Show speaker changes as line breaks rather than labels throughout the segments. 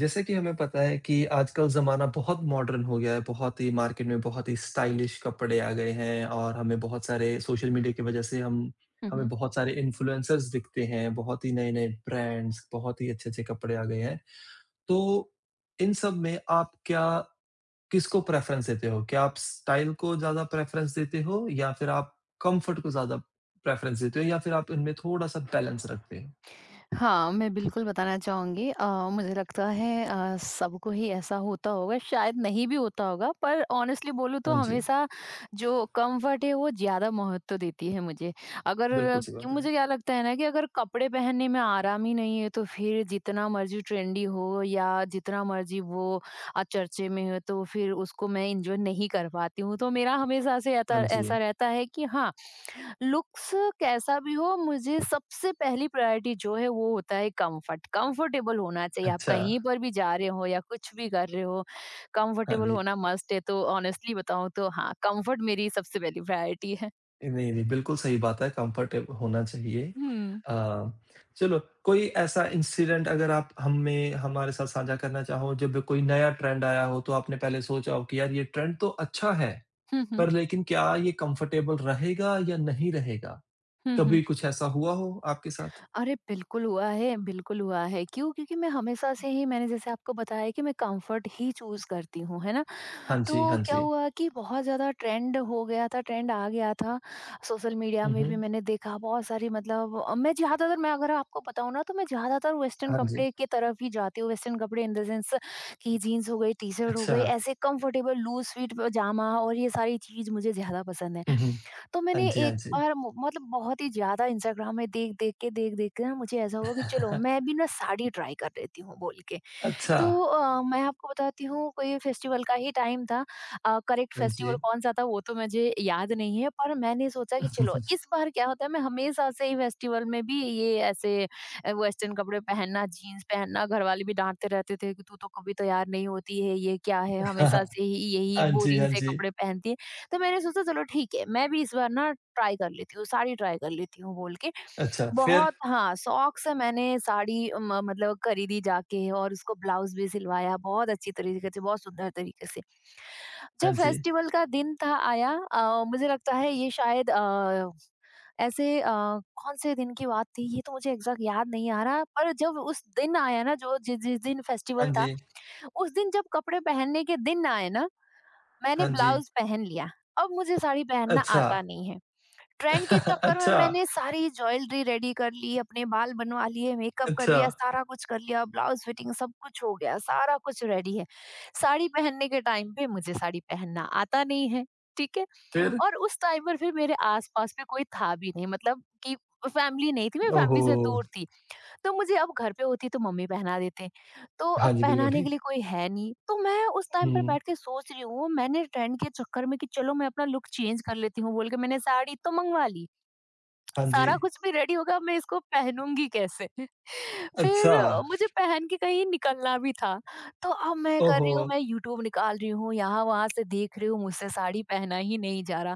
जैसे कि हमें पता है कि आजकल ज़माना बहुत मॉडर्न हो गया है, बहुत ही मार्केट में बहुत ही स्टाइलिश कपड़े आ गए हैं और हमें बहुत सारे सोशल मीडिया की वजह से हम हमें
हुँ।
बहुत सारे इन्फ्लुएंसर्स दिखते हैं, बहुत ही नए-नए ब्रांड्स, बहुत ही अच्छे-अच्छे कपड़े आ गए हैं। तो इन सब में आप क्या किसको प्रेफ़रेंस देते हो? क्या आप स्टाइल को ज़्यादा प्रेफ़रेंस देते हो या फिर आप कम्फ़र्ट को ज़्यादा प्रेफ़रेंस देते हो या फिर आप इनमें थोड़ा-सा बैलेंस रखते हो?
हाँ, मैं बिल्कुल बताना चाहूँगी। मुझे लगता है सबको ही ऐसा होता होगा, शायद नहीं भी होता होगा, पर ऑनेस्टली बोलूँ तो
हाँ जी,
हमेशा जो कम्फ़र्ट है वो ज़्यादा महत्व देती है मुझे। अगर
बिल्कुल सही
कि
बात है।
मुझे क्या लगता है ना कि अगर कपड़े पहनने में आराम ही नहीं है तो फिर जितना मर्ज़ी ट्रेंडी हो या जितना मर्ज़ी वो चर्चे में हो, तो फिर उसको मैं एन्जॉय नहीं कर पाती हूँ। तो मेरा हमेशा से ऐसा
हाँ जी,
ऐसा रहता है कि हाँ, लुक्स कैसा भी हो, मुझे सबसे पहली प्रायोरिटी जो है वो होता है कंफर्ट। कंफर्टेबल होना चाहिए। आप
अच्छा,
कहीं पर भी जा रहे हो या कुछ भी कर रहे हो,
हाँ
कंफर्टेबल
जी।
होना मस्ट है। तो ऑनेस्टली बताऊं तो हाँ, कंफर्ट मेरी सबसे पहली प्रायोरिटी है।
नहीं, नहीं, बिल्कुल सही बात है, कम्फर्टेब होना चाहिए।
हम्म
अ, चलो कोई ऐसा इंसिडेंट अगर आप हमें हमारे साथ साझा करना चाहो, जब कोई नया ट्रेंड आया हो, तो आपने पहले सोचा हो कि यार ये ट्रेंड तो अच्छा है,
हम्म हम्म
पर लेकिन क्या ये कम्फर्टेबल रहेगा या नहीं रहेगा?
हम्म हम्म।
कभी कुछ ऐसा हुआ हो आपके साथ?
अरे बिल्कुल हुआ है, बिल्कुल हुआ है। क्योंकि मैं हमेशा से ही मैंने जैसे आपको बताया कि मैं कंफर्ट ही चूज करती हूँ, है ना?
हाँ जी,
तो
हाँ
क्या
जी।
हुआ कि बहुत ज़्यादा ट्रेंड हो गया था, ट्रेंड आ गया था। सोशल मीडिया
हुँ,
में भी
हुँ।
मैंने देखा बहुत सारी, मतलब मैं ज़्यादातर मैं अगर आपको बताऊँ ना तो मैं ज़्यादातर वेस्टर्न
हाँ जी।
कपड़े की तरफ ही जाती हूँ। वेस्टर्न कपड़े इन द सेंस कि जीन्स हो गई, टी-शर्ट हो
अच्छा।
गई, ऐसे कंफर्टेबल लूज़ फिट पजामा और ये सारी चीज़ मुझे ज़्यादा पसंद है।
हुँ, हुँ।
तो
हाँ
मैंने
जी, हाँ
एक
जी।
बार म मतलब बहुत ही ज़्यादा इंस्टाग्राम में देख-देख के ना मुझे ऐसा हुआ कि चलो मैं भी ना साड़ी ट्राई कर लेती हूँ बोल के।
अच्छा।
तो मैं आपको बताती हूँ, कोई फेस्टिवल का ही टाइम था। करेक्ट
हाँ
फेस्टिवल
जी।
कौन-सा था वो तो मुझे याद नहीं है, पर मैंने सोचा कि चलो इस बार क्या होता है। मैं हमेशा से ही फेस्टिवल में भी ये ऐसे वेस्टर्न कपड़े पहनना, जीन्स पहनना, घरवाले भी डाँटते रहते थे कि तू तो कभी तैयार नहीं होती है, ये क्या है?
हाँ,
हमेशा
हाँ।
से ही यही
हाँ जी, हाँ
बोरिंग से
जी।
कपड़े पहनती है। तो मैंने सोचा चलो ठीक है, मैं भी इस बार ना ट्राई कर लेती हूँ, साड़ी ट्राई कर लेती हूँ बोल के
अच्छा, फिर?
बहुत हाँ शौक से मैंने साड़ी मतलब खरीदी जाके, और उसको ब्लाउज भी सिलवाया बहुत अच्छी तरीके से, बहुत सुंदर तरीके से।
हाँ
जब
जी,
फेस्टिवल का दिन था, आया, मुझे लगता है ये शायद ऐसे, कौन से दिन की बात थी ये तो मुझे एग्जैक्ट याद नहीं आ रहा, पर जब उस दिन आया ना जो जिस जिस दिन
हाँ
फेस्टिवल था,
जी।
उस दिन जब कपड़े पहनने के दिन आए ना, मैंने
हाँ जी।
ब्लाउज पहन लिया। अब मुझे साड़ी पहनना
अच्छा।
आता नहीं है। ट्रेंड के चक्कर में
अच्छा,
मैंने सारी ज्वेलरी रेडी कर ली, अपने बाल बनवा लिए, मेकअप कर
अच्छा,
लिया, सारा कुछ कर लिया, ब्लाउज फिटिंग सब कुछ हो गया, सारा कुछ रेडी है। साड़ी पहनने के टाइम पे मुझे साड़ी पहनना आता नहीं है, ठीक है?
फिर?
और उस टाइम पर फिर मेरे आसपास में कोई था भी नहीं, मतलब कि फैमिली नहीं थी, मैं
ओहो!
फैमिली से दूर थी। तो मुझे, अब घर पे होती तो मम्मी पहना देते। तो
हाँ
अब
जी, बिल्कुल
पहनाने के
ठीक।
लिए कोई है नहीं, तो मैं उस टाइम पर
हुँ।
बैठ के सोच रही हूँ, मैंने ट्रेंड के चक्कर में कि चलो मैं अपना लुक चेंज कर लेती हूँ बोल के मैंने साड़ी तो मँगवा ली।
हाँ जी।
सारा कुछ भी रेडी होगा, अब मैं इसको पहनूँगी कैसे? फिर
अच्छा।
मुझे पहन के कहीं निकलना भी था। तो अब मैं कर
ओहो!
रही हूँ, मैं यूट्यूब निकाल रही हूँ, यहाँ-वहाँ से देख रही हूँ, मुझसे साड़ी पहना ही नहीं जा रहा।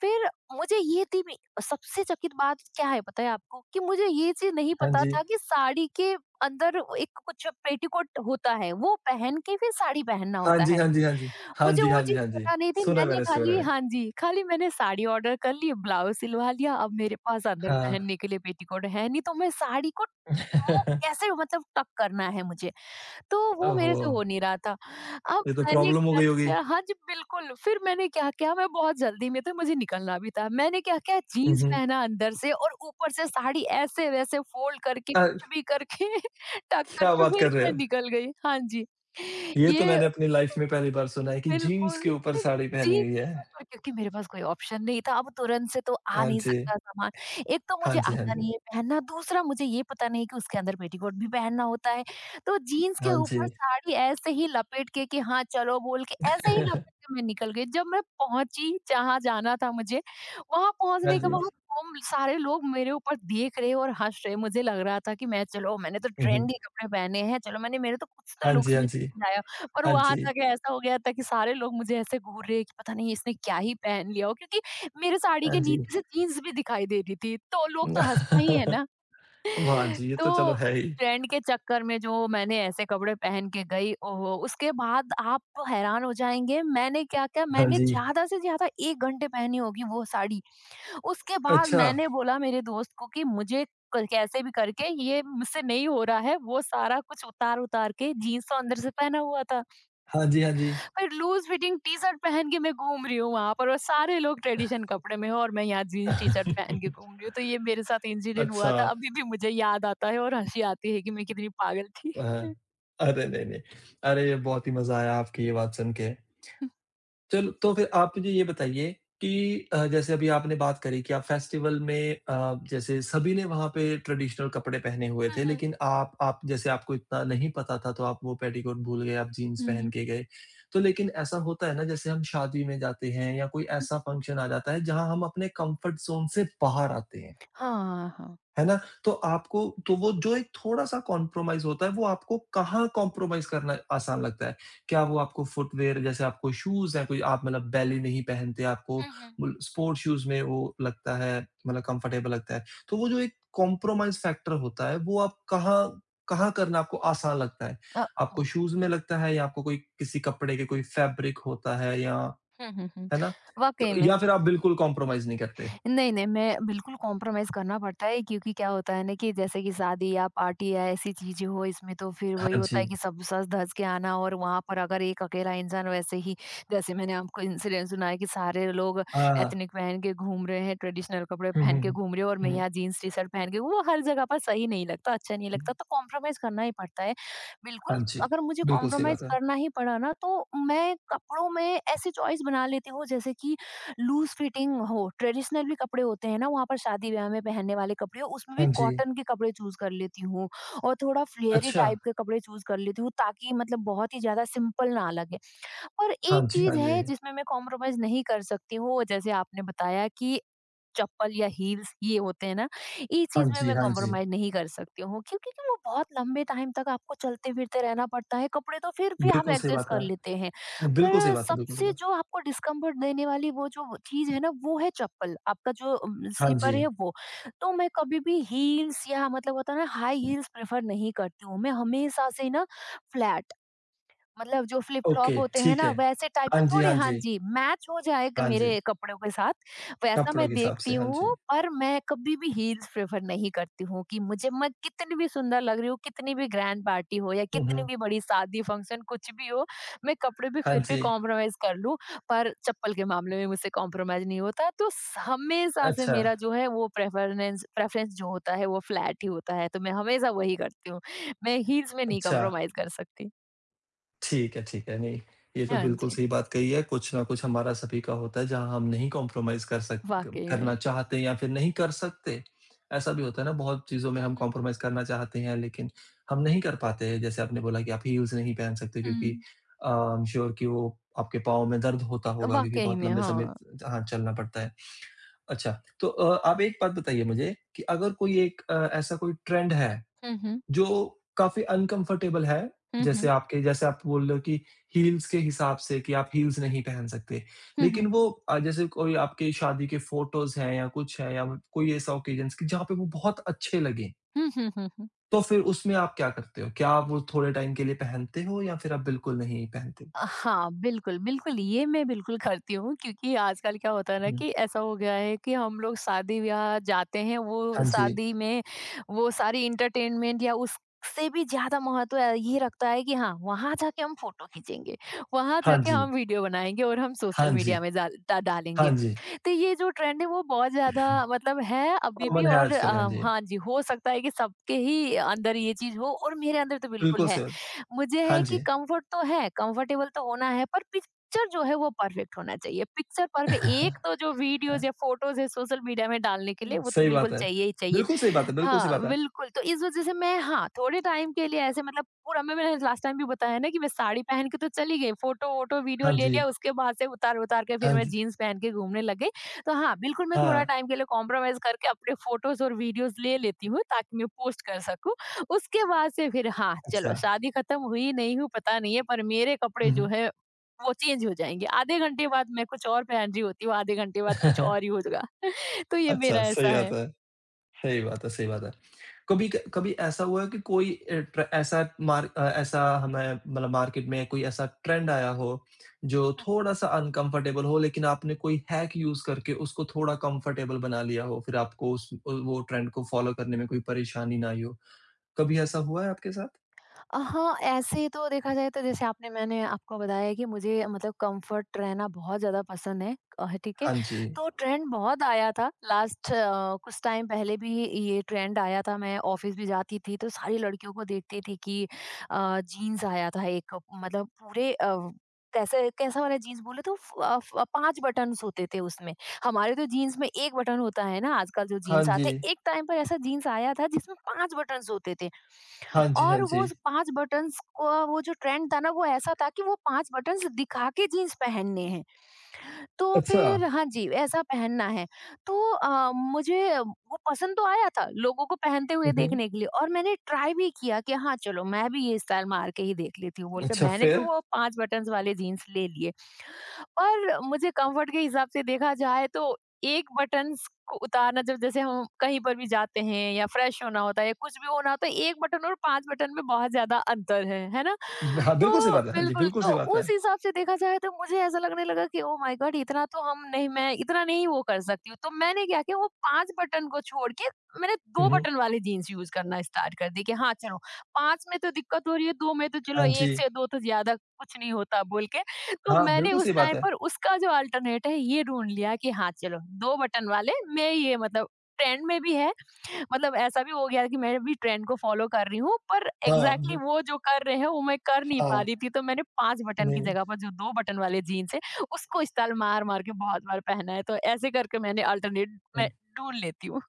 फिर मुझे ये थी भी, सबसे चकित बात क्या है पता है आपको? कि मुझे ये चीज़ नहीं
हाँ
पता
जी।
था कि साड़ी के अंदर एक कुछ पेटीकोट होता है, वो पहन के फिर साड़ी पहनना
हाँ
होता
जी,
है।
हाँ जी, हाँ जी। हाँ
मुझे
जी,
वो
हाँ जी,
चीज़
हाँ जी।
पता नहीं थी,
सुना है
मैंने
मैंने इसके बारे
खाली
में।
हाँ जी, खाली मैंने साड़ी ऑर्डर कर ली, ब्लाउज़ सिलवा लिया, अब मेरे पास अंदर
हाँ।
पहनने के लिए पेटीकोट है नहीं, तो मैं साड़ी को वो कैसे मतलब टक करना है मुझे। तो वो मेरे
ओहो!
से हो नहीं रहा था। अब
ये तो
मैंने
प्रॉब्लम हो
क्या
गई होगी।
किया, हाँ जी, बिल्कुल। फिर मैंने क्या किया, मैं बहुत जल्दी में थी, मुझे निकलना भी था। मैंने क्या किया,
हुँ,
जीन्स
हुँ।
पहना अंदर से और ऊपर से साड़ी ऐसे-वैसे फ़ोल्ड करके,
अ,
कुछ भी करके टक
क्या
करके
बात
फिर
कर रहे
मैं
हो?
निकल गई। हाँ जी।
ये तो
ये
मैंने अपनी लाइफ़ में पहली बार सुना है कि जीन्स
बिल्कुल।
के ऊपर साड़ी पहनी
जी,
हुई है।
पर क्योंकि मेरे पास कोई ऑप्शन नहीं था, अब तुरंत से तो आ
हाँ
नहीं
जी।
सकता सामान। एक तो
हाँ
मुझे
जी, हाँ
आता
जी।
नहीं है पहनना, दूसरा मुझे ये पता नहीं कि उसके अंदर पेटीकोट भी पहनना होता है। तो जीन्स के
हाँ जी।
ऊपर साड़ी ऐसे ही लपेट के कि हाँ, चलो बोल के ऐसे ही लपेट के मैं निकल गई। जब मैं पहुँची जहाँ जाना था मुझे, वहाँ
हाँ
पहुँचने के
जी।
बाद वो सारे लोग मेरे ऊपर देख रहे और हँस रहे। मुझे लग रहा था कि मैं चलो मैंने तो
हुँ, हुँ।
ट्रेंडी कपड़े पहने हैं, चलो मैंने मेरे तो कुछ तो
हाँ जी,
लुक्स
हाँ
में
जी।
चेंज आया। और
हाँ
वहाँ
जी।
जाके ऐसा हो गया था कि सारे लोग मुझे ऐसे घूर रहे हैं कि पता नहीं इसने क्या ही पहन लिया हो, क्योंकि मेरे साड़ी
हाँ
के
जी।
नीचे से जीन्स भी दिखाई दे रही थी, तो लोग तो हँसना ही है ना।
म हाँ जी, ये तो चलो
तो
है ही।
ट्रेंड के चक्कर में जो मैंने ऐसे कपड़े पहन के गई, ओहो! उसके बाद आप तो हैरान हो जाएँगे, मैंने क्या-क्या,
हाँ
मैंने
जी।
ज़्यादा से ज़्यादा 1 घंटे पहनी होगी वो साड़ी। उसके बाद
अच्छा।
मैंने बोला मेरे दोस्त को कि मुझे क कैसे भी करके ये मुझसे नहीं हो रहा है, वो सारा कुछ उतार-उतार के, जीन्स तो अंदर से पहना हुआ था।
हाँ जी, हाँ जी।
और लूज़ फिटिंग टी-शर्ट पहन के मैं घूम रही हूँ वहाँ पर, और सारे लोग ट्रेडिशन कपड़े में हैं और मैं यहाँ जीन्स टी-शर्ट पहन के घूम रही हूँ। तो ये मेरे साथ इंसिडेंट
अच्छा।
हुआ था। अभी भी मुझे याद आता है और हँसी आती है कि मैं कितनी पागल थी।
अ,
हुँ।
अरे नहीं, नहीं। अरे, ये बहुत ही मज़ा आया आपकी ये बात सुन के। चलो, तो फिर आप मुझे ये बताइए कि जैसे अभी आपने बात करी कि आप फेस्टिवल में जैसे सभी ने वहाँ पे ट्रेडिशनल कपड़े पहने हुए
हुँ,
थे,
हुँ।
लेकिन आप जैसे आपको इतना नहीं पता था, तो आप वो पेटीकोट भूल गए, आप जीन्स
हुँ,
पहन
हुँ।
के गए। तो लेकिन ऐसा होता है ना, जैसे हम शादी में जाते हैं या कोई
हुँ, हुँ।
ऐसा फंक्शन आ जाता है, जहाँ हम अपने कम्फर्ट ज़ोन से बाहर आते हैं।
हाँ, हाँ।
है ना? तो आपको तो वो जो एक थोड़ा-सा कॉम्प्रोमाइज़ होता है, वो आपको कहाँ कॉम्प्रोमाइज़ करना आसान लगता है? क्या वो आपको फुटवियर जैसे आपको शूज़ हैं, कोई आप मतलब बैली नहीं पहनते, आपको
हुँ, हुँ।
मुल स्पोर्ट शूज़ में वो लगता है मतलब कम्फ़र्टेबल लगता है। तो वो जो एक कॉम्प्रोमाइज़ फैक्टर होता है, वो आप कहाँ कहाँ करना आपको आसान लगता है?
अ,
आपको
व
शूज़ में लगता है या आपको कोई किसी कपड़े के कोई फैब्रिक होता है या
हुँ, हुँ, हुँ।
है ना? तो
वाक़ई में।
या फिर आप बिल्कुल कॉम्प्रोमाइज़ नहीं करते?
नहीं, नहीं, मैं बिल्कुल कॉम्प्रोमाइज़ करना पड़ता है, क्योंकि क्या होता है ना कि जैसे कि शादी या पार्टी या ऐसी चीज़ें हो, इसमें तो फिर वही
हाँ
होता है
जी।
कि सब साथ धँस के आना, और वहाँ पर अगर एक अकेला इंसान वैसे ही, जैसे मैंने आपको इंसिडेंट सुनाया कि सारे लोग
हाँ।
एथनिक पहन के घूम रहे हैं, ट्रेडिशनल कपड़े
हुँ,
पहन
हुँ,
के
हुँ।
घूम रहे हैं और मैं
हुँ।
यहाँ जीन्स टी-शर्ट पहन के, वो हर जगह पर सही नहीं लगता, अच्छा नहीं
हाँ
लगता, तो कॉम्प्रोमाइज़ करना ही पड़ता है। बिल्कुल,
जी,
अगर मुझे
बिल्कुल सही बात
कॉम्प्रोमाइज़
है।
करना ही पड़ा ना तो मैं कपड़ों में ऐसी चॉइस बना लेती हूँ, जैसे कि लूज फिटिंग हो, ट्रेडिशनल भी कपड़े होते हैं ना वहाँ पर शादी ब्याह में पहनने वाले कपड़े हो, उसमें भी
हाँ जी,
कॉटन के कपड़े चूज कर लेती हूँ और थोड़ा फ्लेयरी
अच्छा,
टाइप के कपड़े चूज कर लेती हूँ, ताकि मतलब बहुत ही ज्यादा सिंपल ना लगे। और
हाँ
एक
जी, हाँ
चीज
जी।
है जिसमें मैं कॉम्प्रोमाइज नहीं कर सकती हूँ, वो जैसे आपने बताया कि चप्पल या हील्स ये होते हैं ना, ये
हाँ
चीज़ में
जी,
मैं
हाँ जी,
कॉम्प्रोमाइज़ नहीं कर सकती हूँ। क्योंकि कि वो बहुत लंबे टाइम तक आपको चलते-फिरते रहना पड़ता है, कपड़े तो फिर भी आप
बिल्कुल सही
एडजस्ट
बात
कर
है।
लेते हैं।
बिल्कुल सही
पर
बात है, बिल्कुल सही
सबसे
बात
जो आपको डिस्कम्फर्ट देने वाली वो जो चीज़ है ना, वो है चप्पल, आपका जो
है। हाँ जी,
स्लीपर है वो। तो मैं कभी भी हील्स या मतलब होता है ना हाई हील्स प्रेफ़र नहीं करती हूँ, मैं हमेशा से ना फ्लैट, मतलब जो फ्लिप-फ्लॉप
ओके,
होते हैं
ठीक
ना
है।
वैसे टाइप के
हाँ जी,
थोड़े,
हाँ
हाँ
जी,
जी, मैच हो जाए क
हाँ जी,
मेरे कपड़ों के साथ, वैसा
कपड़ों
मैं
के हिसाब से,
देखती
हाँ जी।
हूँ। पर मैं कभी भी हील्स प्रेफ़र नहीं करती हूँ कि मुझे, मैं कितनी भी सुंदर लग रही हूँ, कितनी भी ग्रैंड पार्टी हो या
हुँ,
कितनी
हुँ।
भी बड़ी शादी फंक्शन कुछ भी हो, मैं कपड़े पे
हाँ
फिर भी
जी,
कॉम्प्रोमाइज़ कर लूँ, पर चप्पल के मामले में मुझसे कॉम्प्रोमाइज़ नहीं होता। तो स हमेशा से
अच्छा,
मेरा जो है वो प्रेफ़रेंस प्रेफ़रेंस जो होता है वो फ्लैट ही होता है, तो मैं हमेशा वही करती हूँ। मैं हील्स में नहीं
अच्छा।
कॉम्प्रोमाइज़ कर सकती।
ठीक है, ठीक है। नहीं, ये तो
हाँ
बिल्कुल
जी।
सही बात कही है। कुछ ना कुछ हमारा सभी का होता है जहाँ हम नहीं कॉम्प्रोमाइज़ कर सक
वाक़ई में।
करना चाहते हैं या फिर नहीं कर सकते। ऐसा भी होता है ना बहुत चीज़ों में
हुँ,
हम
हुँ।
कॉम्प्रोमाइज़ करना चाहते हैं लेकिन हम नहीं कर पाते हैं। जैसे आपने बोला कि आप हील्स नहीं पहन सकते क्योंकि
हुँ।
आई एम श्योर कि वो आपके पाँव में दर्द होता होगा क्योंकि
वाक़ई
बहुत
में,
लंबे समय
हाँ।
त हाँ, चलना पड़ता है। अच्छा, तो आप एक बात बताइए मुझे कि अगर कोई एक ऐसा कोई ट्रेंड है
हुँ, हुँ।
जो काफ़ी अनकम्फर्टेबल है,
हुँ, हुँ।
जैसे आप बोल रहे हो कि हील्स के हिसाब से कि आप हील्स नहीं पहन सकते।
हुँ, हुँ।
लेकिन वो जैसे कोई आपके शादी के फ़ोटोज़ हैं या कुछ है या कोई ऐसा ओकेजन्स कि जहाँ पे वो बहुत अच्छे लगें,
हुँ, हुँ, हुँ, हुँ।
तो फिर उसमें आप क्या करते हो? क्या आप वो थोड़े टाइम के लिए पहनते हो या फिर आप बिल्कुल नहीं पहनते?
हाँ, बिल्कुल, बिल्कुल, ये मैं बिल्कुल करती हूँ, क्योंकि आजकल क्या होता है ना
हुँ।
कि ऐसा हो गया है कि हम लोग शादी-ब्याह जाते हैं, वो
हाँ जी,
शादी में वो सारी एंटरटेनमेंट या उससे भी ज़्यादा महत्व ये रखता है कि हाँ, वहाँ जाके हम फ़ोटो खींचेंगे, वहाँ
हाँ
जाके
जी,
हम वीडियो बनाएँगे और हम
हाँ
सोशल
जी,
मीडिया में
हाँ
डालेंगे।
जी।
तो ये जो ट्रेंड है वो बहुत ज़्यादा मतलब है अभी
कॉमन
भी,
है
और
आजकल, हाँ जी।
हाँ जी, हो सकता है कि सबके ही अंदर ये चीज़ हो और मेरे अंदर तो बिल्कुल
बिल्कुल
है।
सही बात
मुझे
हाँ
है कि
जी।
कम्फर्ट तो है, कम्फर्टेबल तो होना है, पर पिक्चर जो है वो परफेक्ट होना चाहिए। पिक्चर परफेक्ट 1, तो जो वीडियोज़ या फ़ोटोज़ है सोशल मीडिया में डालने के लिए वो तो
सही बात
बिल्कुल
है।
चाहिए ही चाहिए।
बिल्कुल सही बात है, बिल्कुल सही बात
हाँ,
है।
बिल्कुल। तो इस वज़ह से थोड़े टाइम के लिए ऐसे मतलब पूरा मैं मैंने लास्ट टाइम भी बताया ना कि मैं साड़ी पहन के तो चली गई, फ़ोटो-वोटो वीडियो
हाँ
ले
जी।
लिया। उसके बाद से उतार-उतार के फिर
हाँ
मैं
जी।
जीन्स पहन के घूमने लग गई। तो हाँ, बिल्कुल मैं थोड़ा
हाँ,
टाइम के लिए कॉम्प्रोमाइज़ करके अपने फ़ोटोज़ और वीडियोज़ ले लेती हूँ ताकि मैं पोस्ट कर सकूँ। उसके बाद से फिर हाँ,
अच्छा।
चलो शादी ख़त्म हुई, नहीं हुई पता नहीं है, पर मेरे कपड़े
हुँ,
जो
हुँ।
है वो चेंज हो जाएंगे। आधे घंटे बाद मैं कुछ और पहन रही होती हूँ, आधे घंटे बाद कुछ और ही होगा। तो ये
अच्छा,
मेरा
सही
ऐसा
बात
है।
है। सही बात है, सही बात है। कभी ऐसा हुआ है कि कोई अ, ट्र ऐसा मार अ, ऐसा हमें मतलब मार्केट में कोई ऐसा ट्रेंड आया हो, जो थोड़ा-सा अनकम्फर्टेबल हो, लेकिन आपने कोई हैक यूज़ करके उसको थोड़ा कम्फर्टेबल बना लिया हो, फिर आपको वो ट्रेंड को फॉलो करने में कोई परेशानी ना आई हो? कभी ऐसा हुआ है आपके साथ?
हाँ, ऐसे तो देखा जाए तो जैसे आपने मैंने आपको बताया कि मुझे मतलब कम्फ़र्ट रहना बहुत ज़्यादा पसंद है। ठीक है।
हाँ जी।
तो ट्रेंड बहुत आया था लास्ट कुछ टाइम पहले भी ये ट्रेंड आया था। मैं ऑफ़िस भी जाती थी तो सारी लड़कियों को देखती थी कि जीन्स आया था एक, मतलब पूरे कैसे कैसा वाला जीन्स बोले तो फ अ, फ 5 बटन्स होते थे उसमें। हमारे तो जीन्स में 1 बटन होता है ना आजकल जो
हाँ
जीन्स
जी।
आते हैं, एक टाइम पर ऐसा जीन्स आया था जिसमें 5 बटन्स होते थे।
हाँ जी, हाँ
और
जी।
वो स 5 बटन्स का वो जो ट्रेंड था ना वो ऐसा था कि वो 5 बटन्स दिखा के जीन्स पहनने हैं। तो
अच्छा।
फिर हाँ जी, ऐसा पहनना है। तो मुझे वो पसंद तो आया था लोगों को पहनते हुए
हुँ, हुँ।
देखने के लिए, और मैंने ट्राई भी किया कि हाँ, चलो मैं भी ये स्टाइल मार के ही देख लेती हूँ बोलकर
अच्छा,
मैंने भी
फिर?
वो 5 बटन्स वाले जीन्स ले लिए। और मुझे कम्फर्ट के हिसाब से देखा जाए तो एक बटन्स को उतारना, जब जैसे हम कहीं पर भी जाते हैं या फ्रेश होना होता है या कुछ भी होना होता है, 1 बटन और 5 बटन में बहुत ज़्यादा अंतर है ना?
हाँ, बिल्कुल सही
तो
बात है। हाँ जी,
बिल्कुल,
बिल्कुल
तो
सही बात है।
उस हिसाब से देखा जाए तो मुझे ऐसा लगने लगा कि ओह माय गॉड! इतना तो हम नहीं मैं इतना नहीं वो कर सकती हूँ। तो मैंने क्या किया, वो 5 बटन को छोड़ के मैंने
हुँ,
2
हुँ।
बटन वाली जीन्स यूज़ करना स्टार्ट कर दी कि हाँ, चलो 5 में तो दिक्कत हो रही है, 2 में तो चलो,
हाँ जी।
1 से 2 तो ज़्यादा कुछ नहीं होता, बोल के तो
हाँ,
मैंने
बिल्कुल
उस
सही बात
टाइम
है।
पर उसका जो अल्टरनेट है ये ढूँढ लिया कि हाँ, चलो 2 बटन वाले मैं ये मतलब ट्रेंड में भी है। मतलब ऐसा भी हो गया कि मैं भी ट्रेंड को फ़ॉलो कर रही हूँ, पर
हाँ,
एग्ज़ैक्टली
ब
वो जो कर रहे हैं वो मैं कर नहीं पा
हाँ,
रही थी। तो मैंने 5 बटन की
नहीं,
जगह पर जो 2 बटन वाले जीन्स है उसको इस्टाइल मार-मार के बहुत बार पहना है। तो ऐसे करके मैंने अल्टरनेट मैं
नहीं,
ढूँढ लेती हूँ।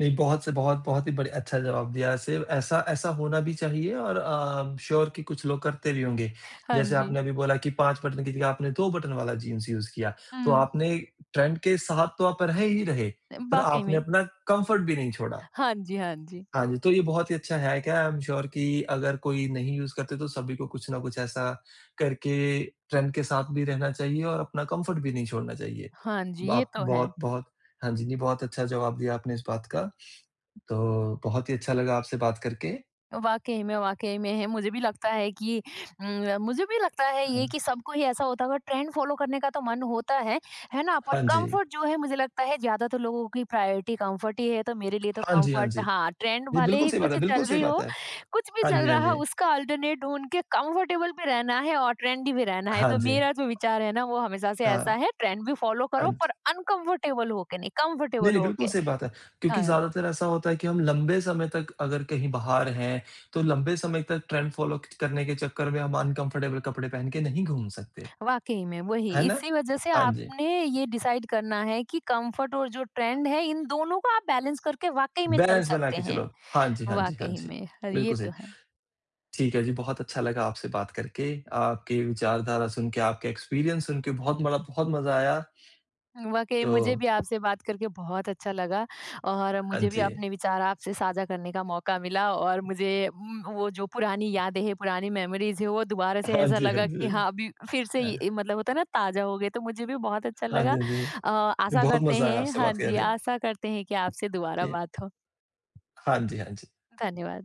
नहीं बहुत से बहुत बहुत ही बढ़िया अच्छा जवाब दिया ऐसे ऐसा ऐसा होना भी चाहिए और आई एम श्योर कि कुछ लोग करते भी होंगे।
हाँ
जैसे
जी।
आपने अभी बोला कि 5 बटन की जगह आपने 2 बटन वाला जीन्स यूज़ किया, तो
हुँ,
आपने ट्रेंड के साथ तो आप रहे ही रहे, पर
वाक़ई
आपने
में।
अपना कम्फर्ट भी नहीं छोड़ा।
हाँ जी, हाँ जी।
हाँ जी, तो ये बहुत ही अच्छा हैक है, आई एम श्योर कि अगर कोई नहीं यूज़ करते तो सभी को कुछ ना कुछ ऐसा करके ट्रेंड के साथ भी रहना चाहिए और अपना कम्फर्ट भी नहीं छोड़ना चाहिए।
हाँ जी, ये
आप
तो है।
बहुत-बहुत हाँ जी, नहीं बहुत अच्छा जवाब दिया आपने इस बात का, तो बहुत ही अच्छा लगा आपसे बात करके।
वाक़ई में है। मुझे भी लगता है कि मुझे भी लगता है
हाँ,
ये कि सबको ही ऐसा होता होगा, ट्रेंड फ़ॉलो करने का तो मन होता है ना? पर
हाँ जी।
कम्फ़र्ट जो है, मुझे लगता है ज़्यादातर लोगों की प्रायोरिटी कम्फ़र्ट ही है। तो मेरे लिए तो
हाँ जी, हाँ
कम्फ़र्ट,
जी।
हाँ, ट्रेंड
जी,
भले
बिल्कुल
ही
सही बात है,
कुछ
बिल्कुल
चल
सही
रही
बात
हो,
है।
कुछ भी
हाँ
चल
जी,
रहा
हाँ
है
जी।
उसका अल्टरनेट ढूँढ के कम्फ़र्टेबल भी रहना है और ट्रेंडी भी रहना है।
हाँ
तो
जी।
मेरा जो विचार है ना वो हमेशा से
हाँ,
ऐसा है, ट्रेंड भी फ़ॉलो करो
हाँ।
पर अनकम्फ़र्टेबल होके नहीं,
नहीं,
कम्फ़र्टेबल
नहीं, बिल्कुल
होके।
सही बात है। क्योंकि
हाँ।
ज़्यादातर ऐसा होता है कि हम लंबे समय तक अगर कहीं बाहर हैं, तो लंबे समय तक ट्रेंड फ़ॉलो क करने के चक्कर में हम अनकम्फ़र्टेबल कपड़े पहन के नहीं घूम सकते,
वाकई में वही,
है ना?
इसी वजह से
हाँ जी,
आपने ये डिसाइड करना है कि कंफर्ट और जो ट्रेंड है इन दोनों को आप बैलेंस करके वाकई में चल
बैलेंस बना
सकते
के
हैं।
चलो। हाँ जी, हाँ जी, हाँ
वाकई
जी।
में हाँ, ये
बिल्कुल सही।
तो है।
ठीक है जी, बहुत अच्छा लगा आपसे बात करके, आपकी विचारधारा सुन के, आपके एक्सपीरियंस सुन के बहुत मज़ा आया।
वाकई
तो
मुझे भी आपसे बात करके बहुत अच्छा लगा, और
हाँ
मुझे भी
जी।
अपने विचार आपसे साझा करने का मौका मिला। और मुझे वो जो पुरानी यादें हैं पुरानी मेमोरीज है वो दोबारा से,
हाँ
ऐसा
जी, हाँ
लगा कि
जी।
हाँ अभी फिर से
अ,
ये- मतलब होता है ना ताज़ा हो गए, तो मुझे भी बहुत अच्छा
हाँ जी,
लगा।
हाँ जी।
आशा
बहुत
करते
मज़ा आया
हैं,
आपसे
हाँ
बात
जी
करके।
आशा करते हैं कि आपसे दोबारा बात हो।
हाँ जी, हाँ जी।
धन्यवाद।